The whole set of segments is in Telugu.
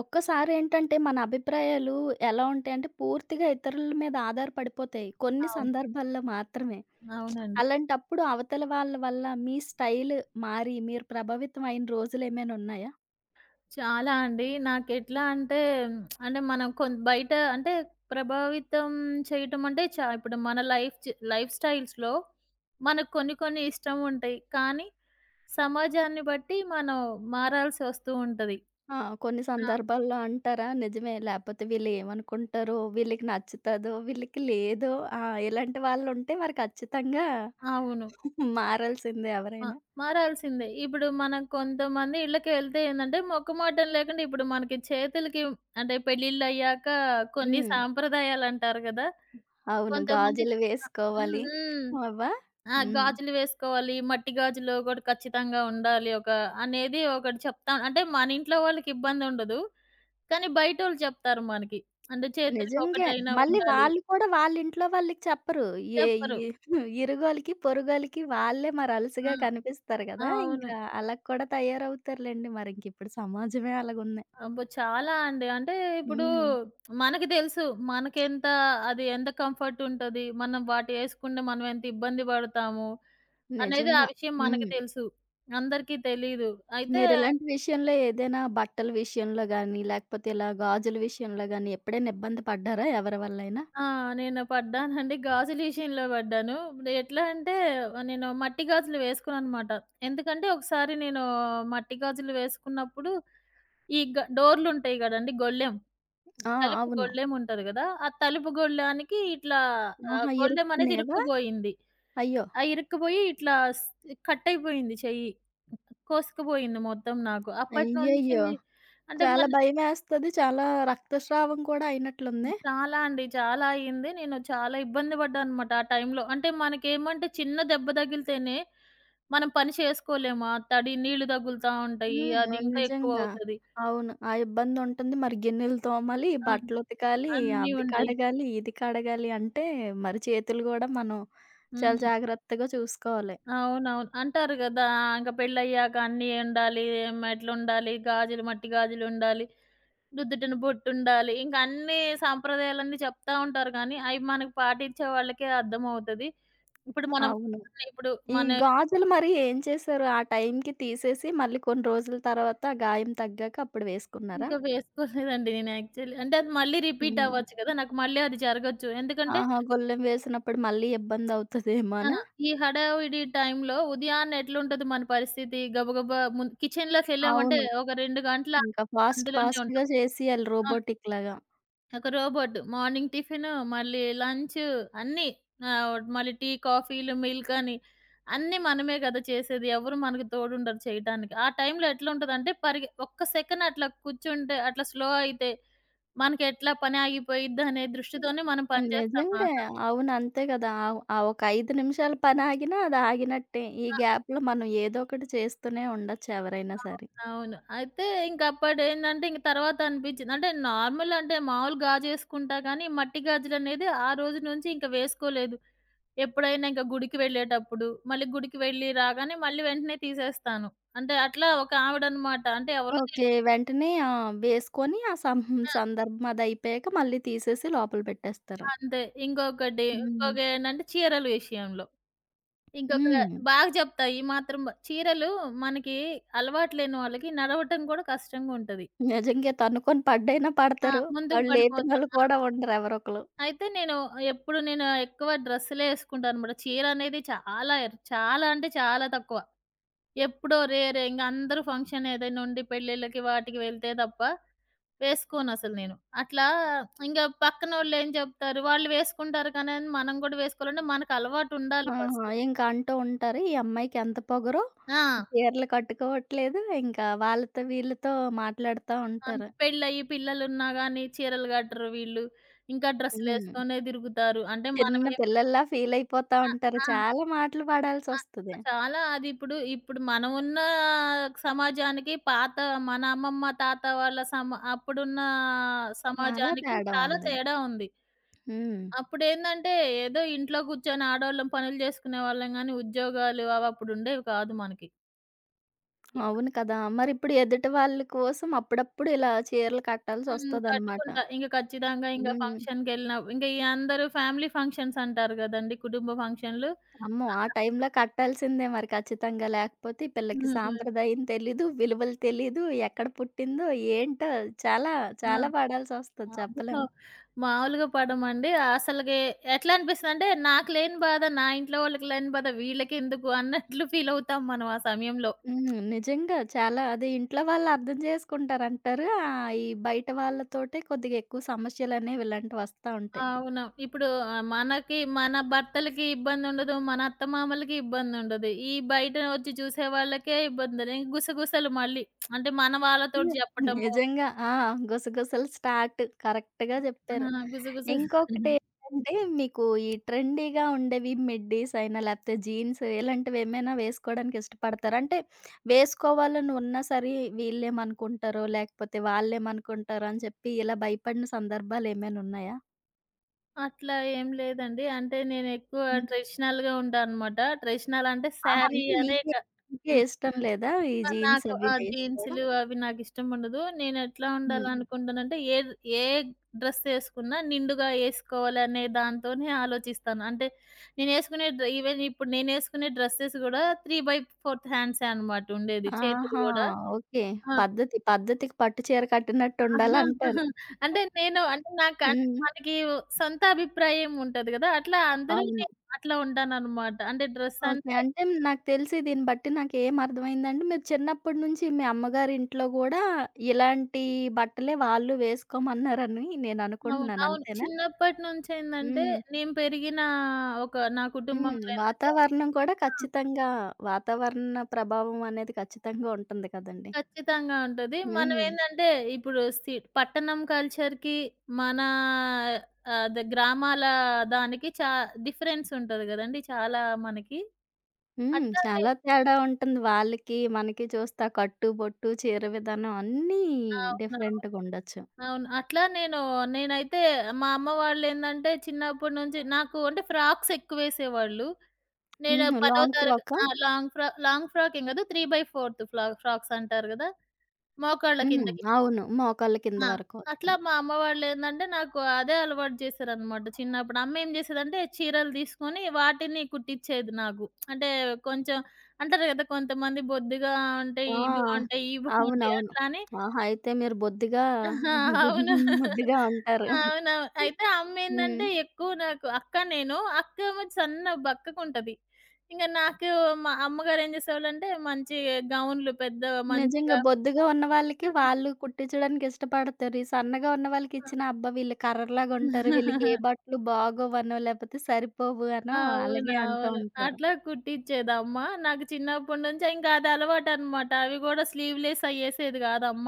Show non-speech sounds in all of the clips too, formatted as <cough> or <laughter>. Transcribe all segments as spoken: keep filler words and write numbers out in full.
ఒక్కసారేంటంటే మన అభిప్రాయాలు ఎలా ఉంటాయంటే పూర్తిగా ఇతరుల మీద ఆధారపడిపోతాయి. కొన్ని అవును. సందర్భాల్లో మాత్రమే. అవునండి. అలాంటప్పుడు అవతల వాళ్ళ వల్ల మీ స్టైల్ మారి మీరు ప్రభావితం అయిన రోజులేమైనా ఉన్నాయా? చాలా అండి. నాకెట్లా అంటే మ్, అంటే మనం కొన్ బయట అంటే ప్రభావితం చేయటం అంటే చ ఇప్పుడు మన లైఫ్ చ్ లైఫ్ స్టైల్స్‌లో మనకు కొన్ని కొన్ని ఇష్టం ఉంటాయి. కానీ సమాజాన్ని బట్టి మనం మారాల్సి వస్తూ ఉంటది. ఆ! కొన్ని ఆ! సందర్భాల్లో అంటారా? నిజమే, లేపోతే వీళ్ళు ఏమనుకుంటారో, వీళ్ళకి నచ్చుతదో, వీళ్ళకి లేదో. ఆ! ఇలాంటి వాళ్ళుంటే మరి ఖచ్చితంగా అవును. <laughs> మారాల్సిందే మ ఎవరైనా. మారాల్సిందే. ఇప్పుడు మనం కొంతమంది ఇళ్ళకెళ్తే ఏందంటే మొక్కమాటం లేకుండా ఇప్పుడు మనకి చేతులకి అంటే పెళ్ళిళ్ళయ్యాక కొన్ని హ్మ్. సాంప్రదాయాలంటారు గదా! అవును, కొంతమంది గాజులు హ్మ్. వేసుకోవాలి. హ్మ్. అవ్వా? ఆ! హ్మ్. గాజులు వేసుకోవాలి. మట్టి గాజులు ఒకటి ఖచ్చితంగా ఉండాలి. ఒక అనేది ఒకటి చెప్తాం. అంటే మన ఇంట్లో వాళ్ళకి ఇబ్బందుండదు. కానీ బయటోళ్ళు చెప్తారు మనకి. అంటే చేతులకి నిజంగే. ఒకటైనా మళ్ళీ ఉండాలి. వాళ్ళు కూడా వాళ్ళింట్లో వాళ్ళకి చెప్పరు. ఏ ఈ చెప్పరు. <laughs> ఇరుగోలికి, పొరుగోలికి వాళ్ళే మరి అలసగా ఆ! కనిపిస్తారు గదా! అవును. ఇంకా అలా కూడా తయారవుతారులెండి. మరింకిప్పుడు సమాజమే అలాగుంది. అబ్బో! చాలా అండి. అంటే ఇప్పుడు హ్మ్. మనకి తెలుసు. మనకెంత అది ఎంత కంఫర్ట్ ఉంటది. మనం వాటి ఏసుకుంటే మనం ఎంత ఇబ్బంది పడతాము అనేది ఆ నిజంగా. విషయం మనకి హ్మ్. తెలుసు. అందరికీ తెలీదు. అయితే మీరిలాంటి విషయంలో ఏదైనా బట్టల విషయంలో గానీ, లేకపోతే ఇలా గాజుల విషయంలో గానీ ఎప్పుడైనా ఇబ్బంది పడ్డారా ఎవరి వల్లైనా? ఆ! నేను పడ్డానండి. గాజుల విషయంలో పడ్డాను. ఎట్లా అంటే నేను మట్టి గాజులు వేసుకోననమాట. ఎందుకంటే ఒకసారి నేను మట్టి గాజులు వేసుకున్నప్పుడు ఈ గ డోర్లుంటాయి గదండీ! గొళ్ళెం. ఆ! తలుపు అవును. గొళ్ళెం ఉంటది గదా! ఆ తలుపు గొళ్ళానికి ఇట్లా ఆహ్, ఆహా! గొళ్ళెం అనేది ఇరుక్కునేవా? ఇరుక్కుపోయింది. అయ్యో! ఆ ఇరుక్కుపోయి ఇట్లా స్ కట్ అయిపోయింది చెయ్యి. కోసుకుపోయింది మొత్తం నాకు. అప్పటి నుంచి అయ్యయ్యో! అంటే చాలా మన భయమేస్తది. చాలా రక్తస్రావం కూడా హ్మ్. అయినట్లుంది. చాలా అండి. చాలా అయింది. నేను చాలా ఇబ్బంది పడ్డాననమాట ఆ టైంలో. అంటే మనకేమంటే చిన్న దెబ్బ తగిలితేనే మనం పని చేసుకోలేము. ఆ తడి నీళ్లు తగులుతా హ్మ్. ఉంటాయి. అది అవును. ఇంకా నిజంగా. ఎక్కువవుతది. అవును, ఆ ఇబ్బందుంటుంది. మరి గిన్నెలు తోమాలి, ఆ! బట్టలుతకాలి, అన్నీ అవి ఉంటాయి. కడగాలి, ఇది కడగాలి అంటే మరి చేతులు గూడా మనం చాలా హ్మ్. జాగ్రత్తగా చూసుకోవాలి. అవునవును. అంటారు గదా! ఇంక పెళ్ళయ్యాక అన్నీ ఉండాలి. మెట్లుండాలి, గాజులు మట్టి గాజులుండాలి, నుదుటిన బొట్టుండాలి. ఇంక అన్నీ సాంప్రదాయాలన్నీ చెప్తా ఉంటారు గానీ, అయి మనకు పాటించే వాళ్ళకే అర్థమవుతది. ఇప్పుడు మనం అవును. ఇప్పుడు ఈ మన గాజులు మరి ఏం చేశారు? ఆ టైంకి తీసేసి మళ్ళీ కొన్ని రోజుల తర్వాత గాయం తగ్గాక అప్పుడు వేసుకున్నారా? ఇంకా వేసుకోలేదండి నేను యాక్చువల్లీ. అంటే అది మళ్ళీ రిపీట్ హ్మ్. అవ్వచ్చు కదా! నాకు మళ్ళీ అది జరగొచ్చు. ఎందుకంటే ఆహా! గొళ్ళెం వేసినప్పుడు మళ్ళీ ఇబ్బందవుతదేమో ఆ! అనా? ఈ హడావిడి టైంలో ఉదయాన్నే ఎట్లుంటది మన పరిస్థితి గబగబా ముం కిచెన్‌లోకెళ్ళామంటే అవును. ఒక రెండు గంటలు ఇంకా ఫాస్ట్ అందులోనే ఫాస్ట్‌గా ఉంటాం. చేసేయాలి రోబోటిక్ లాగా. ఒక రోబోట్. మార్నింగ్ టిఫిను, మళ్ళీ లంచు అన్నీ. ఆహ్, మళ్ళీ టీ, కాఫీలు, మిల్క్ అని అన్నీ మనమే కదా చేసేది. ఎవరు మనకు తోడుండరు చేయటానికి. ఆ టైంలో ఎట్లుంటదంటే పరిగె ఒక్క సెకను అట్లా కూర్చుంటే, అట్లా స్లో అయితే మనకెట్లా పని ఆగిపోయిద్దనే దృష్టితోనే మనం పని చేస్తాం ఆ నిజంగా. సమయం. అవును, అంతే కదా! ఆవ్ ఆ ఒక ఐదు నిమిషాల పని ఆగినా అది ఆగినట్టే. ఈ ఆ! గ్యాప్‌లో మనం ఏదో ఒకటి చేస్తూనే ఉండొచ్చు ఎవరైనా సరే. అవునవును. అయితే ఇంకప్పుడేందంటే ఇంక తర్వాత అనిపించింది. అంటే నార్మల్ అంటే మామూలు గాజేసుకుంటా గానీ మట్టి గాజులనేది ఆ రోజు నుంచి ఇంక వేసుకోలేదు. ఎప్పుడైనా ఇంక గుడికి వెళ్ళేటప్పుడు, మళ్ళీ గుడికి వెళ్ళి రాగానే మళ్ళీ వెంటనే తీసేస్తాను. అంటే అట్లా ఒక ఆవిడనమాట. అంటే ఎవరో ఓకే. తెలియక వెంటనే ఆ! వేసుకొని ఆ సం సందర్భం అదయిపోయాక మళ్ళీ తీసేసి లోపల పెట్టేస్తారా? అంతే. ఇంకొకటి హ్మ్. ఇంకొకేంటంటే చీరల విషయంలో. ఇంకొక హ్మ్. బాగా చెప్తా ఈ మాత్రం బ చీరలు మనకి అలవాటు లేని వాళ్ళకి నడవటం కూడా కష్టంగా ఉంటది. నిజంగే తన్నుకొని పడ్డైనా ఆ! పడతారు. ముందుకు వాళ్ళు పడిపోతా. లేపినోళ్ళు ఆ! కూడా ఉండరు ఎవరొకళ్ళు. అయితే నేను ఎప్పుడు నేను ఎక్కువ డ్రెస్సులే ఏసుకుంటాననమాట. చీర అనేది చాలా ఎర్ చాలా అంటే చాలా తక్కువ. ఎప్పుడో రేరే. ఇంగ అందరూ ఫంక్షన్ ఏదైనా ఉండి పెళ్ళిళ్ళకి వాటికి వెళ్తే తప్ప వేసుకోనసలు నేను. అట్లా ఇంగ పక్కనోళ్ళేం చెప్తారు, వాళ్ళు వేసుకుంటారు కానీ అని మనం కూడా వేసుకోవాలంటే మనకు అలవాటుండాలి ఆహా! ఫస్ట్. ఇంకా అంటూ ఉంటారు. ఈ అమ్మాయికి ఎంత పొగరో, ఆ! చీరలు కట్టుకోవట్లేదు. ఇంకా వాళ్ళతో వీళ్ళతో మాట్లాడుతా ఉంటారు. అంత్ పెళ్ళయ్యి పిల్లలున్నా గానీ చీరలు కట్టరు వీళ్ళు. ఇంకా హ్మ్. డ్రెస్సులేసుకొనే తిరుగుతారు. అంటే చిన్న మనమేం పిల్లల్లా ఫీలయిపోతా ఆ! ఉంటారు. ఆ! చాలా మాటలు ఆ! పడాల్సొస్తది. చాలా అది ఇప్పుడు, ఇప్పుడు మనం ఉన్న సమాజానికి పాత మన అమ్మమ్మ, తాత వాళ్ళ సమ అప్పుడున్న చాలా సమాజానికి తేడా చాలా ఉంది. తేడా ఉంది. హ్మ్. అప్పుడేందంటే, ఏదో ఇంట్లో కూర్చొని ఆడోళ్ళం పనులు చేసుకునేవాళ్ళం గానీ, ఉద్యోగాలు అవి అప్పుడుండేవి కాదు మనకి. ఇప్పుడు అవును కదా! మరిప్పుడు ఎదుటి వాళ్ళ కోసం అప్పుడప్పుడు ఇలా చీరలు హ్మ్. కట్టాల్సొస్తదనమాట. కట్టుకుంటా. ఇంక ఖచ్చితంగా ఇంక హ్మ్. ఫంక్షన్‌కెళ్ళినా ఇంక ఈ అందరూ ఫ్యామిలీ ఫంక్షన్స్ అంటారు గదండీ! కుటుంబ ఫంక్షన్‌లు. అమ్మో! ఆ టైంలో కట్టాల్సిందే మరి ఖచ్చితంగా. లేకపోతే ఈ పిల్లకి హ్మ్. సాంప్రదాయం తెలీదు, విలువలు తెలీదు, ఎక్కడ పుట్టిందో ఏంటో చాలా చాలా ఆ! పడాల్సొస్తది, అబ్బో! చెప్పలేం. మామూలుగా పడమండి. అసలకి ఎట్లా అనిపిస్తదంటే, నాకు లేని బాధ, నా ఇంట్లో వాళ్ళకి లేని బాధ వీళ్ళకెందుకు అన్నట్లు ఫీలవుతాం మనం ఆ సమయంలో. హ్మ్. నిజంగా చాలా అదే ఇంట్లో వాళ్ళు అర్థం చేసుకుంటారంటారు. ఆహ్, ఈ బయట వాళ్ళతోటే కొద్దిగా ఎక్కువ సమస్యలనేవి ఇలాంటివి వస్తా ఉంటాయి. అవును. ఇప్పుడు ఆహ్, మనకి మన భర్తలకి ఇబ్బందుండదు. మన అత్తమామలకి ఇబ్బందుండదు. ఈ బయట వచ్చి చూసే వాళ్ళకే ఇబ్బంది. ఉండదు. ఇంక గుసగుసలు మళ్ళీ. అంటే మన వాళ్ళతోటి హ్మ్. చెప్పటము. నిజంగా. ఆ! గుసగుసలు స్టార్ట్. కరెక్ట్‌గా ఆ! జెప్పారు. గుసగుసలు. ఇంకొకటేంటంటే మీకు ఈ ట్రెండీగా ఉండేవి మిడ్డీస్ అయినా లేపోతే జీన్స్ ఇలాంటివేమైనా వేసుకోవడానికి ఇష్టపడతారా? అంటే వేసుకోవాలని ఉన్నా సరే వీళ్ళేమనుకుంటారో లేకపోతే వాళ్ళేమనుకుంటారో అని చెప్పి ఇలా భయపడిన సందర్భాలేమైనా ఉన్నాయా? అట్లా ఏం లేదండి. అంటే నేనెక్కువ ట్రెడిషనల్‌గా ఉంటానన్నమాట. ట్రెడిషనల్ అంటే ఆహా! శారీ అంటే అదే నీకే క నీకే ఇష్టం లేదా? ఈ ఆ! జీన్స్ నాకు అవి ఆ వేసుకోవడం? జీన్సులు అవి నాకిష్టముండదు. నేనెట్లా హ్మ్. హ్మ్. ఉండాలనుకుంటానంటే, ఏద్ ఏ డ్రెస్ ఏసుకున్నా నిండుగా ఏసుకోవాలనే దాంతోనే ఆలోచిస్తాను. అంటే నేనేసుకునే డ్ర ఈవెన్ ఇప్పుడు నేనేసుకునే డ్రెసెస్ గూడా త్రీ ఫోర్త్ హ్యాండ్సే అనమాట ఉండేది. చేతులు ఆహా! గూడా ఓకే. ఆ! పద్ధతి. పద్ధతికి పట్టు చీర కట్టినట్టుండాలంటారు. <laughs> అంటే నేను అంటే నాకు అన్ హ్మ్. మనకి సొంత అభిప్రాయం ఉంటది గదా! అట్లా అందరూ అవును. నేను అట్లా ఉంటాననమాట. అంటే డ్రెస్ ఓకే. అంటే అంటే నాకు తెలిసి దీన్ని బట్టి నాకేం అర్థమైందంటే మీరు చిన్నప్పటి నుంచి మీ అమ్మగారింట్లో గూడా ఇలాంటి బట్టలే వాళ్ళు వేసుకోమన్నారని అవును. నేననుకుంటున్నాను. అవును. అంతేనా? చిన్నప్పటి నుంచేందంటే, హ్మ్. నేను పెరిగిన ఒక నా హ్మ్. కుటుంబంలో ఏందంటే వాతావరణం కూడా ఆ! ఖచ్చితంగా వాతావరణ ప్రభావం అనేది ఖచ్చితంగా ఉంటుంది కదండీ! ఖచ్చితంగా ఉంటది. హ్మ్. మనమేందంటే, ఇప్పుడు సి పట్టణం కల్చర్‌కి, మన అదే గ్రామాల దానికి చా డిఫరెన్స్ ఉంటది గదండీ! చాలా మనకి. హ్మ్. అట్లానే చాలా తేడా ఉంటుంది. వాళ్ళకి, మనకి చూస్తే ఆ కట్టు, బొట్టు, చీర విధానం అన్నీ అవునవును. డిఫరెంట్‌గా ఉండొచ్చు. అవును. అట్లా నేను నేనైతే మా అమ్మ వాళ్ళేందంటే చిన్నప్పటి నుంచి నాకు అంటే ఫ్రాక్స్ ఎక్కువేసేవాళ్ళు. నేను హుహు. పదో లాంగ్ తరగ ఫ్రాకా? ఆ! లాంగ్ ఫ్రా లాంగ్ ఫ్రాక్ ఏం కాదు త్రీ ఫోర్త్ ఫ్లా ఫ్రాక్స్ అంటారు గదా! మోకాళ్ళ హ్మ్. కిందకి. అవును, మోకాళ్ళ కింద ఆ! వరకు అట్లా వస్తాయి. మా అమ్మ వాళ్ళేందంటే నాకు అదే అలవాటు చేశారనమాట చిన్నప్పుడు. అమ్మ ఏం చేసేదంటే చీరలు తీసుకొని వాటిని కుట్టిచ్చేది నాకు. అంటే కొంచెం అంటారు గదా! కొంతమంది బొద్దుగా ఉంటాయి, ఆ! ఇవి బావుంటాయి, ఇవి బావుంటాయి అవునవును. అట్లా అని ఆహా! అయితే మీరు బొద్దుగా ఆహా! గుద్ అవును. ముద్దుగా ఉంటారు. అవునవును. అయితే హ్మ్. అమ్మేందంటే ఎక్కువ నాకు అక్క నేను. అక్కేమో సన్న బక్కగుంటది. ఇంక నాకు మా అమ్మగారేం చేసేవాళ్ళంటే మంచి గౌన్‌లు పెద్ద నిజంగా మంచిగా బొద్దుగా ఉన్న వాళ్ళకి వాళ్ళు కుట్టించడానికి ఇష్టపడతారు. ఈ సన్నగా ఉన్న వాళ్ళకి ఇచ్చినా, <laughs> అబ్బా! వీళ్ళు కర్రలాగా ఉంటారు. వీళ్ళకి ఏ బట్టలు బాగోవనో, లేకపోతే సరిపోవు అనో అలాగే అంటూ అవునవును. ఉంటారు. అట్లా కుట్టిచ్చేదమ్మ. నాకు చిన్నప్పటి నుంచి ఇంకా అది అలవాటనమాట. అవి గూడా స్లీవ్‌లెస్ అయ్యేసేది గాదమ్మ.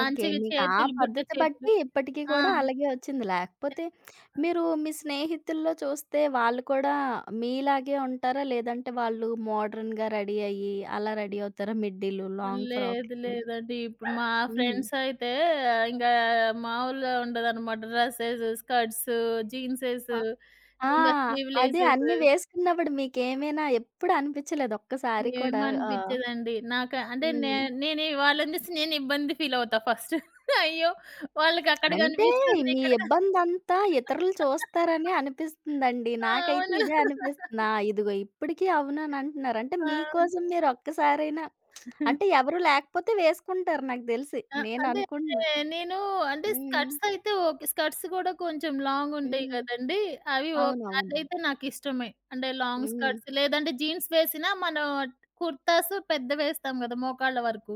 ఓకే. మీకు ఆ చేతులు బుట్ట పద్ధతి చేతులు. బట్టి ఇప్పటికి ఆ! కూడా అలాగే వచ్చింది. లేకపోతే మీరు మీ స్నేహితుల్లో చూస్తే వాళ్ళు కూడా మీలాగే ఉంటారా? లేదంటే వాళ్ళు మోడర్న్‌గా రెడీ అయ్యి అలా రెడీ అవుతారా? మిడ్డీలు, లాంగ్ లేదు ఫ్రాక్సు. లేదండి. ఇప్పుడు మా హ్మ్. ఫ్రెండ్స్ అయితే ఇంగా మామూలుగా ఉండదనమాట. డ్రెసెస్, స్కర్ట్స్, జీన్సేస్, ఆ! ఆ! ఇంగా అదే స్లీవ్‌లెసేస్ అన్నీ వేసుకున్నప్పుడు మీకేమైనా ఎప్పుడు అనిపించలేదా ఒక్కసారి కూడా? ఆ! ఏమనిపిచ్చేదండి. నాక అంటే నే హ్మ్. నేను వాళ్ళని చూసి నేను ఇబ్బంది ఫీల్ అవుతా ఫస్ట్. <laughs> అయ్యో! వాళ్ళకి అక్కడ అంటే కనిపిస్తుంది. మీ ఇక్కడ కని ఇబ్బందంతా ఇతరులు చూస్తారనే అనిపిస్తుందండి. నాకైతే అవును. ఇదే అనిపిస్తుంది. ఆ! <laughs> ఇదిగో ఇప్పటికి అవుననంటున్నారు. అంటే అవును. మీకోసం మీరు ఒక్కసారైనా అంటే ఎవరు లేకపోతే వేసుకుంటారు నాకు తెలిసి. ఆ! నేను అంటే అనుకుంటున్నా. నేను అంటే హ్మ్. స్కర్ట్స్ అయితే ఓకే. స్కర్ట్స్ కూడా కొంచెం లాంగ్ ఉంటాయి హ్మ్. కదండీ! అవి ఓకే. అవునవును. అదైతే నాకిష్టమే. అంటే లాంగ్ హ్మ్. స్కర్ట్స్ లేదంటే జీన్స్ వేసినా మనం కుర్తాస్ పెద్దవి వేస్తాం కదా! మోకాళ్ళ వరకు.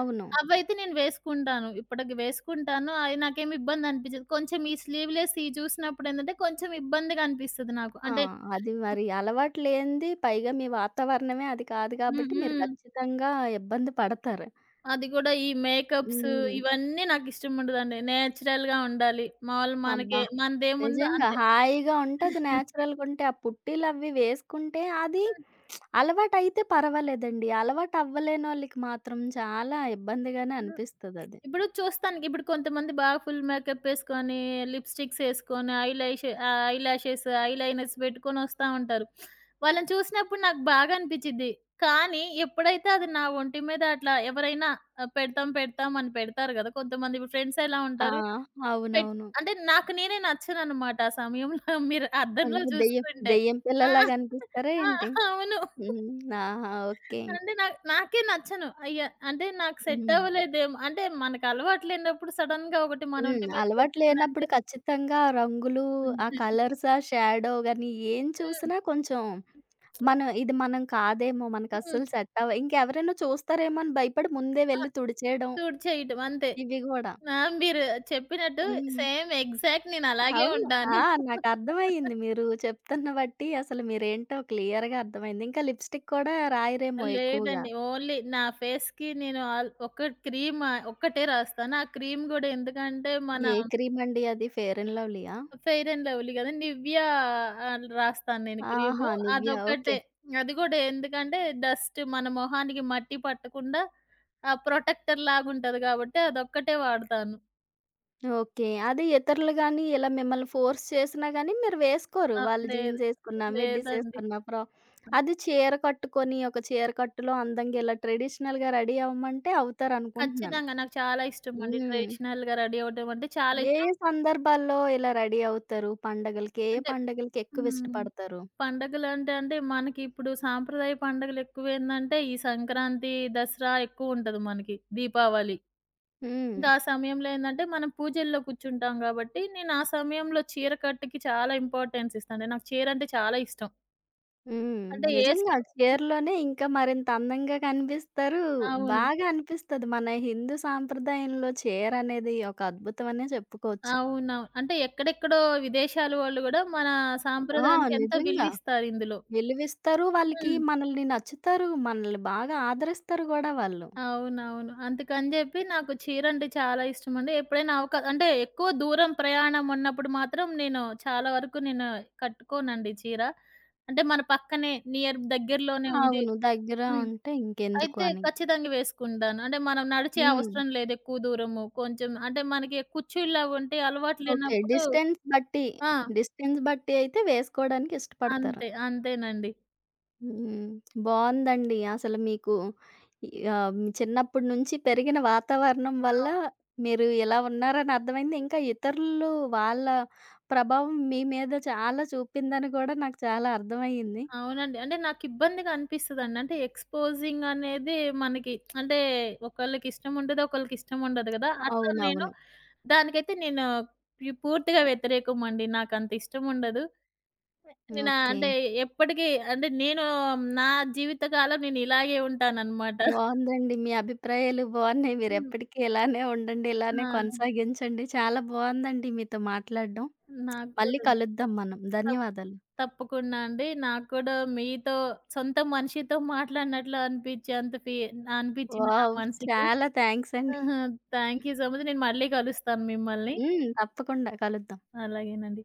అవును. అవైతే నేను వేసుకుంటాను. ఇప్పటికి వేసుకుంటాను. అవి నాకేమి ఇబ్బంది అనిపించదు. కొంచెం ఈ స్లీవ్‌లెస్ ఇవి చూసినప్పుడు ఏంటంటే కొంచెం ఇబ్బందిగా అనిపిస్తది నాకు. ఆ! అంటే అది మరి అలవాటు లేనిది, పైగా మీ వాతావరణమే అది కాదు హ్మ్. కాబట్టి మీరు హ్మ్. ఖచ్చితంగా ఇబ్బంది పడతారు. అది కూడా ఈ మేకప్స్ హ్మ్. ఇవన్నీ నాకిష్టం ఉండదండి. నేచురల్‌గా ఉండాలి. మాములు అబ్బా! మనకి మనదేముందో నిజంగా. అంతే. హాయిగా ఉంటది. <laughs> నేచురల్‌గుంటే ఆ పుట్టీలవి వేసుకుంటే అది హ్మ్. అలవాటైతే పర్వాలేదండి. అలవాటవ్వలేనోళ్ళకి మాత్రం చాలా ఇబ్బందిగానే హ్మ్. అనిపిస్తదది. ఇప్పుడు చూస్తానికి ఇప్పుడు కొంతమంది బాగా ఫుల్ మేకప్ ఏసుకొని, లిప్‌స్టిక్స్ ఏసుకొని, ఐలాష్ ఆహ్, ఐలాషెస్, ఐలైనర్స్ పెట్టుకొని వస్తా ఉంటారు. వాళ్ళని చూసినప్పుడు నాకు బాగా అనిపిచ్చిద్ది. కానీ ఎప్పుడైతే అది నా ఒంటి మీద అట్లా ఎవరైనా ఆహ్, పెడతాం, పెడతాం అని పెడతారు గదా! కొంతమంది ఇప్పుడు ఫ్రెండ్స్ ఎలా ఆ! ఉంటారు? పెట్ అవునవును. అంటే నాకు నేనే నచ్చననమాట ఆ సమయంలో <laughs> మీరు అద్దంలో అంటే దెయ్యం చూసుకుంటే. దెయ్యం ఆ! పిల్లలాగా అనిపిస్తారా ఆ! ఏంటి? అవును. హ్మ్. ఆహా! ఓకే. అంటే నా నాకే నచ్చను. అయ్య! అంటే నాకు సెట్ హ్మ్. అవ్వలేదేమో అంటే మనకు అలవాటు లేనప్పుడు సడెన్‌గా ఒకటి మన హ్మ్. ఒంటి అలవాటు లేనప్పుడు మీదకొచ్చిందంటే ఖచ్చితంగా ఆ రంగులు, హ్మ్. ఆ కలర్స్, ఆ షాడో గాని ఏం చూసినా కొంచెం మనం ఇది మనం కాదేమో, హ్మ్. మనకస్సలు సెట్ అవ్వ ఇంకెవరైనా చూస్తారేమో అని భయపడి ముందే వెళ్లి తుడిచేయడం. సూట్ చేయటం అంతే. ఇవి గూడా. ఆ! మీరు చెప్పినట్టు హ్మ్. సేమ్ ఎగ్జాక్ట్ నేను అలాగే అవును. ఆ! ఉంటాను. నాకర్థమయింది. మీరు చెప్తున్న బట్టి అసలు మీరేంటో క్లియర్‌గా అర్థమైంది. ఇంకా లిప్‌స్టిక్ కూడా రాయరేమో ఎక్కువగా. లేదండి. ఓన్లీ నా ఫేస్‌కి నేను ఆల్ ఒక క్రీమ్ ఆహ్, ఒక్కటే రాస్తాను. ఆ క్రీమ్ గూడా ఎందుకంటే మన ఏ క్రీమండి అది? ఫెయిర్ అండ్ లవ్లీయా? ఫెయిర్ అండ్ లవ్లీ గదా! నివ్యా ఆహ్, రాస్తాను నేను క్రీము. ఆహా! 'Nivea' okay. అదొక్కటే. అది గూడా ఎందుకంటే డస్ట్ మన మొహానికి మట్టి పట్టకుండా ఆ ప్రొటెక్టర్ లాగుంటది గాబట్టి అదొక్కటే వాడతాను. ఓకే. అది ఇతరులు గాని ఇలా మిమ్మల్ని ఫోర్స్ చేసినా గాని మీరు వేసుకోరు. ఆ! వాళ్ళు లేదు. జీన్స్ ఏసుకున్నా, మిడ్డీస్ లేదండి. ఏసుకున్నా, ఫ్రా అది చీర కట్టుకొని ఒక చీర కట్టులో అందంగా ఇలా ట్రెడిషనల్‌గా రెడీ అవ్వమంటే అవుతారనుకుంటున్నాను. ఖచ్చితంగా నాకు చాలా ఇష్టమండి. హ్మ్. ట్రెడిషనల్‌గా రెడీ అవ్వడం అంటే చాలా ఏ ఇష్టం. ఏ సందర్భాల్లో ఇలా రెడీ అవుతారు పండగలకి? ఏ ఏ అంటే పండగలకి ఎక్కువ హ్మ్. ఇష్టపడతారు? పండగలంటే అంటే మనకిప్పుడు సాంప్రదాయ పండుగలెక్కువేందంటే ఈ సంక్రాంతి, దసరా ఎక్కువుంటది మనకి. దీపావళి. హ్మ్. ఇంకా ఆ సమయంలో ఏందంటే మనం పూజల్లో కూర్చుంటాం గాబట్టి, నేను ఆ సమయంలో చీర కట్టుకి చాలా ఇంపార్టెన్స్ ఇస్తాను. నాకు చీరంటే చాలా ఇష్టం. హ్మ్. అంటే నిజంగా ఏసుకో చీరలోనే ఇంకా మరింత అందంగా కనిపిస్తారు. అవును. బాగా అనిపిస్తది. మన హిందూ సాంప్రదాయంలో చీరనేది ఒక అద్భుతం అనే చెప్పుకోవచ్చు. అవును. అంటే ఎక్కడెక్కడో విదేశాల వాళ్ళు గూడా మన ఆ! సాంప్రదాయానికి ఎంతో నిజంగా. విలువిస్తారిందులో. విలువిస్తారు వాళ్ళకి. హ్మ్. మనల్ని నచ్చుతారు. మనల్ని బాగా ఆదరిస్తారు గూడా వాళ్ళు. అవునవును. అందుకని జెప్పి నాకు చీరంటే చాలా ఇష్టమండి. ఎప్పుడైనా అవకా అంటే ఎక్కువ దూరం ప్రయాణం ఉన్నప్పుడు మాత్రం నేను చాలా వరకు నేను కట్టుకోనండి చీర. అంటే మన పక్కనే నియర్ దగ్గరలోనే ఉంది. అవును. దగ్గర హ్మ్. ఉంటే ఇంకెందుకు అయితే అని. ఖచ్చితంగా వేసుకుంటాను. అంటే మనం నడిచే హ్మ్. అవసరం లేదు ఎక్కువ దూరము. కొంచెం అంటే మనకి కుర్చీలు అవి ఉంటాయి అలవాటు ఓకే. లేనప్పుడు డిస్టెన్స్ బట్టి, ఆ! డిస్టెన్స్ బట్టి అయితే వేసుకోవడానికి ఇష్టపడతారు. అంతే. అంతేనండి. హ్మ్. బావుందండి. అసలు మీకు ఆహ్, చిన్నప్పటి నుంచి పెరిగిన వాతావరణం వల్ల అవును. మీరు ఇలా ఉన్నారని అర్థమైంది. ఇంకా ఇతరులు వాళ్ళ ప్రభావం మీ మీద చాలా చూపిందని కూడా నాకు చాలా అర్థమయ్యింది. అవునండి. అంటే నాకిబ్బందిగా అనిపిస్తదండి. అంటే ఎక్స్‌పోజింగ్ అనేది మనకి అంటే ఒకళ్ళకిష్టం ఉంటది, ఒకళ్ళకిష్టం ఉండదు గదా! అట్లా నేను అవునవును. దానికైతే నేను ప్యు పూర్తిగా వ్యతిరేకమండి. నాకంత ఇష్టం ఉండదు. నేనా ఓకే. అంటే ఎప్పటికి అంటే నేను నా జీవితకాలం నేను ఇలాగే ఉంటాననమాట. బావుందండి. మీ అభిప్రాయాలు బావున్నాయి. హ్మ్. మీరెప్పటికీ ఇలానే ఉండండి. ఇలానే ఆ! కొనసాగించండి. చాలా బావుందండి మీతో మాట్లాడడం. నాకు మళ్ళీ కూడా కలుద్దాం మనం. తప్ ధన్యవాదాలు. తప్పకుండా అండి. నాకు కూడా మీతో సొంత మనిషితో మాట్లాడినట్లు అనిపించేంత ఫీ అనిపించింది నా వావ్! మనసుకి. చాలా థాంక్స్ అండి. ఆహా! Thank you so much. నేను మళ్ళీ కలుస్తాను మిమ్మల్ని. హ్మ్. తప్పకుండా కలుద్దాం. అలాగేనండి.